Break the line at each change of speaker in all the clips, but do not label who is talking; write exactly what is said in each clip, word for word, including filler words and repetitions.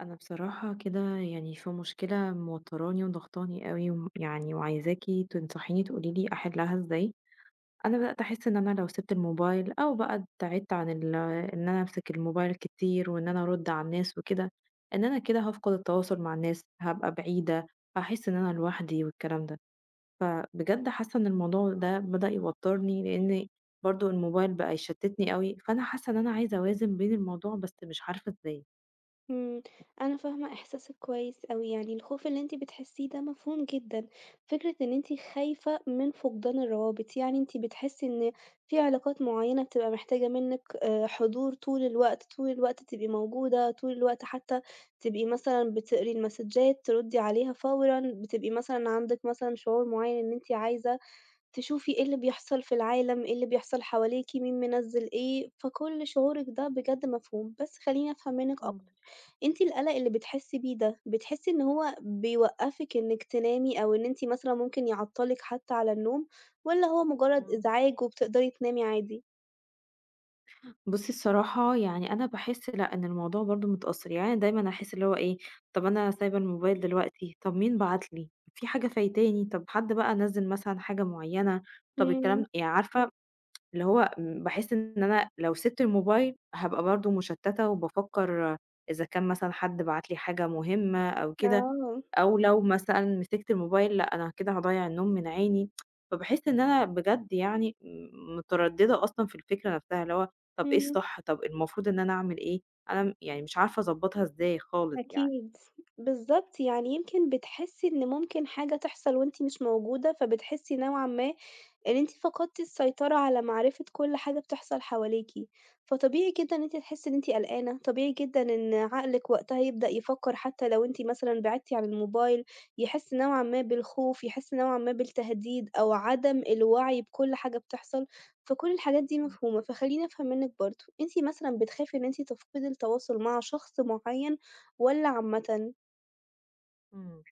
انا بصراحة كده يعني في مشكلة موتراني وضغطاني قوي وم- يعني وعايزاكي تنصحيني تقولي لي احلها ازاي. انا بدأت احس ان انا لو سبت الموبايل او بقى ابتعدت عن ال- ان انا امسك الموبايل كتير وان انا ارد على الناس وكده. ان انا كده هفقد التواصل مع الناس، هبقى بعيدة، هحس ان انا لوحدي والكلام ده. فبجد حاسة ان الموضوع ده بدأ يوترني لان برضو الموبايل بقى يشتتني قوي، فانا حاسة ان انا عايزة اوازن بين الموضوع بس مش عارفة ازاي.
إمم، أنا فاهمة إحساسِك كويس أوي، يعني الخوف اللي أنتِ بتحسيه ده مفهوم جدًا، فكرة إن أنتِ خايفة من فقدان الروابط، يعني أنتِ بتحسي إن في علاقات معيّنة بتبقى محتاجة منِّك آآ، حضور طول الوقت، طول الوقت تبقي موجودة، طول الوقت حتى تبقي مثلًا بتقري المسدجات تردي عليها فورًا، بتبقي مثلًا عندِك مثلًا شعور معيّن إن أنتِ عايزة تشوفي إيه اللي بيحصل في العالم، إيه اللي بيحصل حواليكِ، مين منزّل إيه، فكل شعورِك ده بجد مفهوم، بس خلّيني أفهم منِّك
مم.
أكتر. أنتِ القلق اللي بتحسّي بيه ده، بتحسّي إن هو بيوقّفِك إنِّك تنامي أو إن أنتِ مثلًا ممكن يعطّلِك حتى على النوم والّا هو مجرّد
مم.
إزعاج وبتقدري تنامي عادي؟
بُصّي، الصراحة يعني أنا باحس لأ، إن الموضوع برضه متأثّر، يعني أنا دايمًا أحس اللي هو إيه، طَب أنا سايبة الموبايل دلوقتي، طَب مين بعت لي، في حاجة فايتاني، طَب حد بقى نزّل مثلًا حاجة معيّنة، طَب
إمم،
الكلام يعني عارفة اللي هو م باحس إن أنا لو سِبت الموبايل هابقى برضه مشتّتة وبافكّر إذا كان مثلًا حد بعت لي حاجة مهمة أو كده،
آه،
أو لو مثلًا مسكت الموبايل لأ أنا كده هاضيّع النوم من عيني، فباحس إن أنا بجد يعني م مترددة أصلًا في الفكرة نفسها، اللي هو طب إيه
إمم.
الصح، طب المفروض إن أنا أعمل إيه، أنا م يعني مش عارفة أضبّطها إزاي خالص يعني.
أكيد، بالضبط، يعني يمكن بتحسّي إن ممكن حاجة تحصل وأنتِ مش موجودة، فبتحسّي نوعًا ما إن أنتِ فقدتِ السيطرة على معرفة كل حاجة بتحصل حواليكِ، فطبيعي جدًا إن أنتِ تحسّي إن أنتِ قلقانة، طبيعي جدًا إن عقلِك وقتها يبدأ يفكّر حتى لو أنتِ مثلًا بعدتِ عن الموبايل، يحس نوعًا ما بالخوف، يحس نوعًا ما بالتهديد أو عدم الوعي بكل حاجة بتحصل، فكل الحاجات دي
إمم،
مفهومة. فخلّيني أفهم منِّك برضه، أنتِ مثلًا بتخافي إن أنتِ تفقدي التواصل مع شخص معيّن والّا عامةً؟
إمم.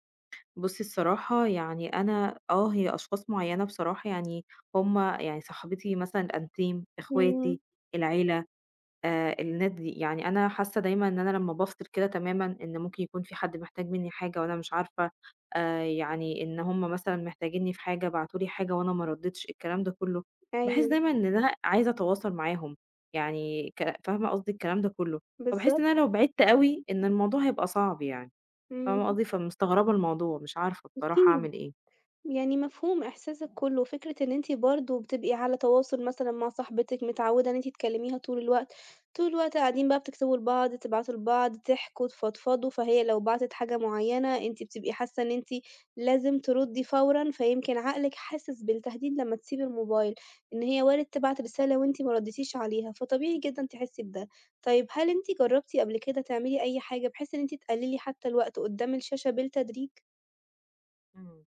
بُصّي، الصراحة يعني أنا آه هي أشخاص معيّنة بصراحة يعني هم يعني صاحبتي مثلًا الأنتيم،
إمم،
إخواتي، العيلة. آآ الناس دي، يعني أنا حاسة دايمًا إن أنا لمّا بافصل كده تمامًا إن ممكن يكون في حد محتاج منّي حاجة وأنا مش عارفة، آآ يعني إن هُم مثلًا محتاجينّي في حاجة، بعتوا لي حاجة وأنا ما ردّيتش، الكلام ده كلّه، باحس
أيوه،
دايمًا إن أنا عايزة أتواصل معاهم، يعني ك فاهمة قصدي الكلام ده كلّه، فباحس إن
بالضبط،
أنا لو بعدت أوي إن الموضوع هيبقى صعب يعني،
إمم،
فاهمة قصدي؟ فمستغربة الموضوع، مش عارفة بصراحة
أكيد.
أعمل إيه.
يعني مفهوم إحساسِك كُلّه، وفكرة إن أنتِ برضه بتبقي على تواصل مثلًا مع صاحبتِك، متعوّدة إن أنتِ تكلّميها طول الوقت، طول الوقت قاعدين بقى بتكتبوا لبعض، تبعتوا لبعض، تحكوا، تفضفضوا، فهي لو بعتت حاجة معيّنة أنتِ بتبقي حاسة إن أنتِ لازم تردّي فورًا، فيمكن عقلِك حاسس بالتهديد لمّا تسيبي الموبايل، إن هي وارد تبعت رسالة وأنتِ ما ردّيتيش عليها، فطبيعي جدًا تحسّي بده. طيب هل أنتِ جرّبتِ قبل كده تعملي أي حاجة بحيث إن أنتِ تقلّلي حتى الوقت قدّام الشاشة بالتدريج؟
إمم.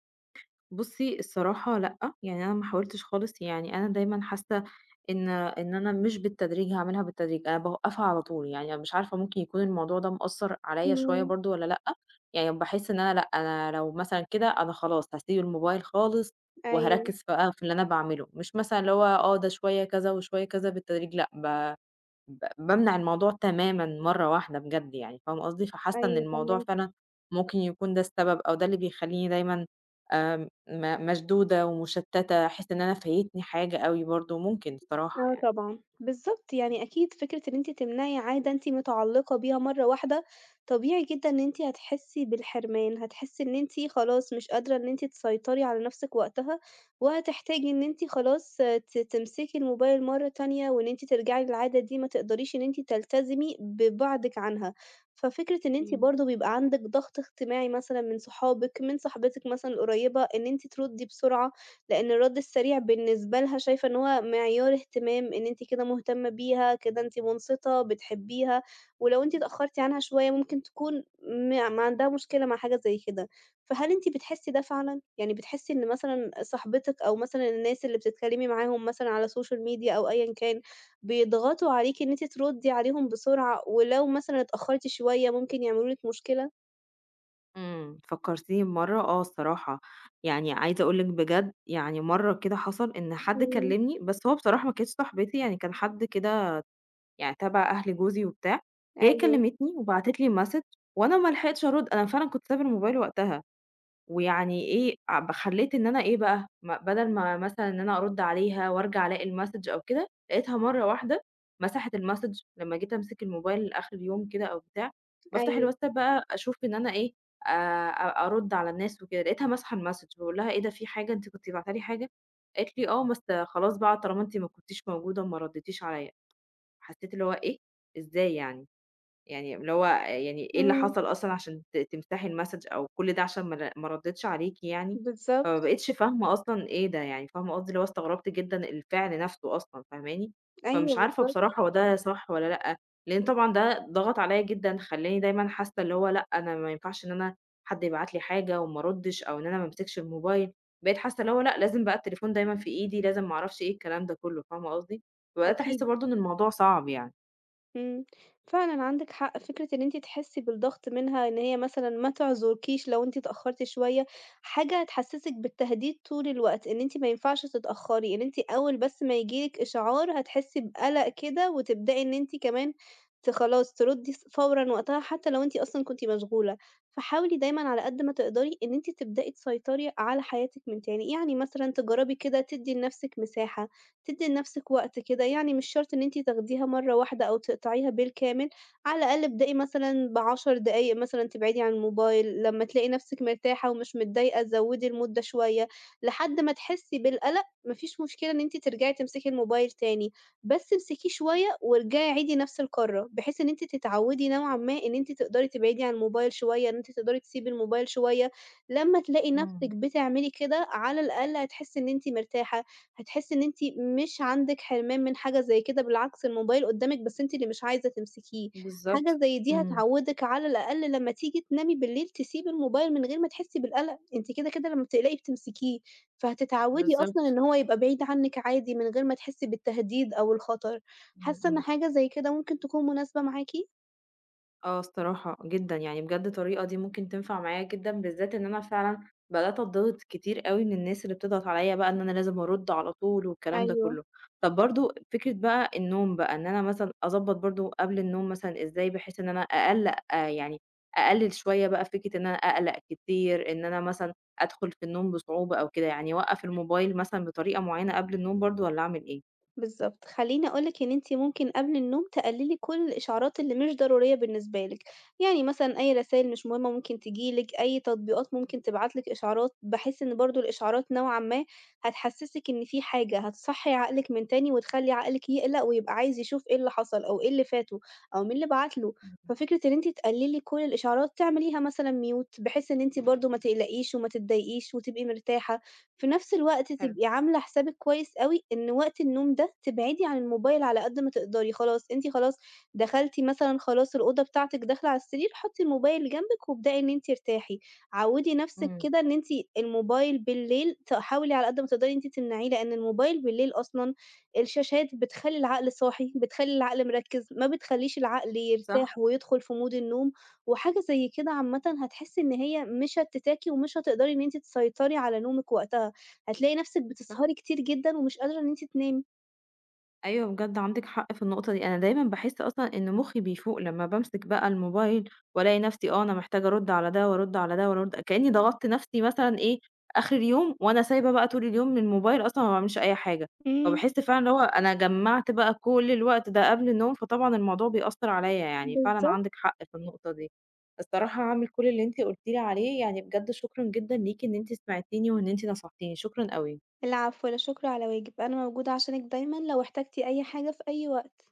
بُصّي، الصراحة لأ، يعني أنا ما حاولتش خالص، يعني أنا دايمًا حاسة إن إن أنا مش بالتدريج هاعملها بالتدريج، أنا باوقّفها على طول، يعني مش عارفة ممكن يكون الموضوع ده مأثّر عليَّ شوية
إمم،
برضه والّا لأ، يعني باحس إن أنا لأ، أنا لو مثلًا كده أنا خلاص هاسيب الموبايل خالص
أيوه.
وهاركّز بقى في اللي أنا باعمله، مش مثلًا اللي هو آه، ده شوية كذا وشوية كذا بالتدريج لأ، ب ب بامنع الموضوع تمامًا مرّة واحدة بجد يعني، فاهم قصدي؟ فحاسة إن
أيوه
الموضوع
فاهماكِ،
فعلًا ممكن يكون ده السبب أو ده اللي بيخلّيني دايمًا آمم م مشدودة ومشتتة، أحس إن أنا فايتني حاجة أوي برضه، ممكن الصراحة
آه
يعني.
طبعًا، بالضبط، يعني أكيد فكرة إن أنتِ تمنعي عادة أنتِ متعلقة بيها مرة واحدة، طبيعي جدًا إن أنتِ هتحسي بالحرمان، هتحسي إن أنتِ خلاص مش قادرة إن أنتِ تسيطري على نفسِك وقتها، وهتحتاجي إن أنتِ خلاص ت تمسكي الموبايل مرة تانية، وإن أنتِ ترجعي للعادة دي ما تقدريش إن أنتِ تلتزمي ببعدِك عنها. ففكرة إن أنتِ
إمم.
برضه بيبقى عندِك ضغط اجتماعي مثلًا من صحابِك، من صاحبتِك مثلًا القريبة، إن أنتِ تردي بسرعة. لإن الرد السريع بالنسبة لها شايفة إن هو معيار اهتمام، إن أنتِ كده مهتمة بيها، كده أنتِ منصتة، بتحبيها، ولو أنتِ اتأخرتِ عنها شوية ممكن تكون ما ما عندها مشكلة مع حاجة زي كده. فهل أنتِ بتحسي ده فعلًا؟ يعني بتحسي إن مثلًا صاحبتِك أو مثلًا الناس اللي بتتكلمي معاهم مثلًا على السوشيال ميديا أو أيًا كان، بيضغطوا عليكِ إن أنتِ تردي عليهم بسرعة، ولو مثلًا اتأخرتِ شوية ممكن يعملوا لِك مشكلة؟
إمم، فكّرتيني بمرّة آه الصراحة، يعني عايزة أقول لِك بجد يعني مرّة كده حصل إن حد
إمم،
كلّمني، بس هو بصراحة ما كانتش صاحبتي يعني كان حد كده يعني تبع أهل جوزي وبتاع، هي
أيوه،
كلّمتني وبعتت لي message وأنا ما لحقتش أرُد، أنا فعلًا كنت سايبة الموبايل وقتها. ويعني إيه، ع خلّيت إن أنا إيه بقى، ما بدل ما مثلًا إن أنا أرُد عليها وأرجع ألاقي الmessage أو كده، لقيتها مرّة واحدة مسحت الmessage لمّا جيت أمسك الموبايل آخر اليوم كده أو بتاع، بافتح
أيوه،
الواتساب بقى أشوف إن أنا إيه، آآ أ أرُد على الناس وكده، لقيتها ماسحة الmessage باقول لها: "إيه ده، في حاجة، أنتِ كنتِ باعتة لي حاجة؟" قالت لي: "آه، بس خلاص بقى طالما أنتِ ما كنتيش موجودة وما رديتيش عليَّ." حسّيت اللي هو إيه، إزاي يعني؟! يعني اللي هو يعني إيه اللي
إمم،
حصل أصلًا عشان ت تمسحي المسج أو كل ده عشان ما ر ما ردِّتش عليكِ يعني، فما
بالضبط،
بقيتش فاهمة أصلًا إيه ده يعني، فاهمة قصدي؟ اللي هو استغربت جدًا الفعل نفسه أصلًا، فاهماني؟ فمش
أيوه
عارفة
بالضبط،
بصراحة هو ده صح والّا لأ، لإن طبعًا ده ضغط عليّا جدًا، خلّاني دايمًا حاسة اللي هو لأ، أنا ما ينفعش إن أنا حد يبعت لي حاجة وما أردِّش أو إن أنا ما أمسكش الموبايل، بقيت حاسة اللي هو لأ، لازم بقى التليفون دايمًا في إيدي، لازم ما أعرفش إيه الكلام ده كله، فاهمة قصدي؟ فبدأت أحس
أكيد.
برضه إن الموضوع صعب يعني.
إمم، فعلًا عندِك حق، فكرة إن أنتِ تحسّي بالضغط منها إن هي مثلًا ما تعذركيش لو أنتِ اتأخرتِ شوية، حاجة هتحسّسِك بالتهديد طول الوقت، إن أنتِ ما ينفعش تتأخري، إن أنتِ أول بس ما ييجي لِك إشعار هتحسّي بقلق كده وتبدئي إن أنتِ كمان ت خلاص تردّي س فورًا وقتها حتى لو أنتِ أصلًا كنتِ مشغولة. فحاولي دايمًا على قد ما تقدري إن أنتِ تبدئي تسيطري على حياتِك من تاني، يعني مثلًا تجرّبي كده تدّي لنفسِك مساحة، تدّي لنَفْسِك وقت كده، يعني مش شرط إن أنتِ تاخديها مرّة واحدة أو تقطعيها بالكامل، على الأقل ابدئي مثلًا بعشر دقايق مثلًا تبعدي عن الموبايل، لمّا تلاقي نَفْسِك مرتاحة ومش متضايقة زوّدي المدة شوية، لحد ما تحسّي بالقلق ما فيش مشكلة إن أنتِ ترجعي تمسكي الموبايل تاني، بس امسكيه شوية وارجعي عيدي نَفْس الكَرّة، بحيث إن أنتِ تتعوّدي نوعًا ما إن أنتِ تقدري تبعدي عن الموبايل شوية، إن أنتِ تقدري تسيبي الموبايل شوية، لمّا تلاقي نَفْسِك
إمم.
بتعملي كده على الأقل هتحسّي إن أنتِ مرتاحة. هتحسّي إن أنتِ مش عندِك حرمان من حاجة زي كده، بالعكس الموبايل قدّامِك بس أنتِ اللي مش عايزة تمسكيه. حاجة
بالضبط.
زي دي
إمم.
هتعوّدِك على الأقل لمّا تيجي تنامي بالليل تسيبي الموبايل من غير ما تحسّي بالقلق، أنتِ كده، كده لمّا بتقلقي بتمسكيه، فهتتعوّدي أصلًا
بالضبط.
إن هو يبقى بعيد عنِّك عادي من غير ما تحسّي بالتهديد أو الخطر.
إمم،
حاسة إن
إمم.
حاجة زي كده ممكن تكون مناسبة معاكِ؟
آه، الصراحة جدًا، يعني بجد الطريقة دي ممكن تنفع معايا جدًا، بالذات إن أنا فعلًا بدأت أتضغط كتير أوي من الناس اللي بتضغط عليّا بقى إن أنا لازم أرُد على طول والكلام ده
أيوه.
كله. طب برضه فكرة بقى النوم بقى، إن أنا مثلًا أضبّط برضه قبل النوم مثلًا إزاي بحيث إن أنا أقلّق آه يعني أقلِّل شوية بقى فكرة إن أنا أقلق كتير، إن أنا مثلًا أدخل في النوم بصعوبة أو كده، يعني أوقّف الموبايل مثلًا بطريقة معيّنة قبل النوم برضه والّا أعمل إيه؟
بالضبط. خلّيني أقول لِك إن أنتِ ممكن قبل النوم تقلّلي كل الإشعارات اللي مش ضرورية بالنسبة لِك، يعني مثلًا أي رسايل مش مهمة ممكن تيجي لِك، أي تطبيقات ممكن تبعت لِك إشعارات، بحيث إن برضه الإشعارات نوعًا ما هتحسّسِك إن في حاجة، هتصحّي عقلِك من تاني وتخلّي عقلِك يقلق ويبقى عايز يشوف إيه اللي حصل أو إيه اللي فاته أو مين اللي بعت له. ففكرة إن أنتِ تقلّلي كل الإشعارات تعمليها مثلًا mute بحيث إن أنتِ برضه ما تقلقيش وما تتضايقيش وتبقي مرتاحة. في نفس الوقت
حلو.
تبقي عاملة حسابِك كويس أوي إن وقت النوم ده تبعدي عن الموبايل على قد ما تقدري، خلاص أنتِ خلاص دخلتِ مثلًا خلاص الأوضة بتاعتِك داخلة على السرير، حطّي الموبايل جنبِك وابدئي إن أنتِ ارتاحي، عوّدي نفسِك
إمم.
كده إن أنتِ الموبايل بالليل ت حاولي على قد ما تقدري إن أنتِ تمنعيه، لإن الموبايل بالليل أصلًا الشاشات بتخلّي العقل صاحي، بتخلّي العقل مركّز، ما بتخلّيش العقل
صح،
يرتاح ويدخل في مود النوم، وحاجة زي كده عامةً هتحسّي إن هي مش هتّتاكِ ومش هتقدري إن أنتِ تسيطري على نومِك وقتها. هتلاقي نفسِك
صح.
بتسهري كتير جدًا ومش قادرة إن أنتِ تنامي.
أيوه بجد عندِك حق في النقطة دي، أنا دايمًا باحس أصلًا إن مُخّي بيفوق لمّا بامسك بقى الموبايل وألاقي نفسي آه، أنا محتاجة أرُدّ على ده وأرُدّ على ده وأرُدّ كإني ضغطت نفسي مثلًا إيه، آخر اليوم وأنا سايبة بقى طول اليوم من الموبايل أصلًا ما باعملش أي حاجة،
إمم.
فباحس فعلًا اللي هو أنا جمّعت بقى كل الوقت ده قبل النوم، فطبعًا الموضوع بيأثّر عليَّ يعني، فعلًا
بالضبط،
عندِك حق في النقطة دي. الصراحة هاعمل كل اللي أنتِ قُلتِ لي عليه، يعني بجد شكرًا جدًا ليكِ إن أنتِ سمعتيني وإن أنتِ نصحتيني، شكرًا أوي.
العفو، لا شكر على واجب، أنا موجودة عشانِك دايمًا لو احتجتِ أي حاجة في أي وقت.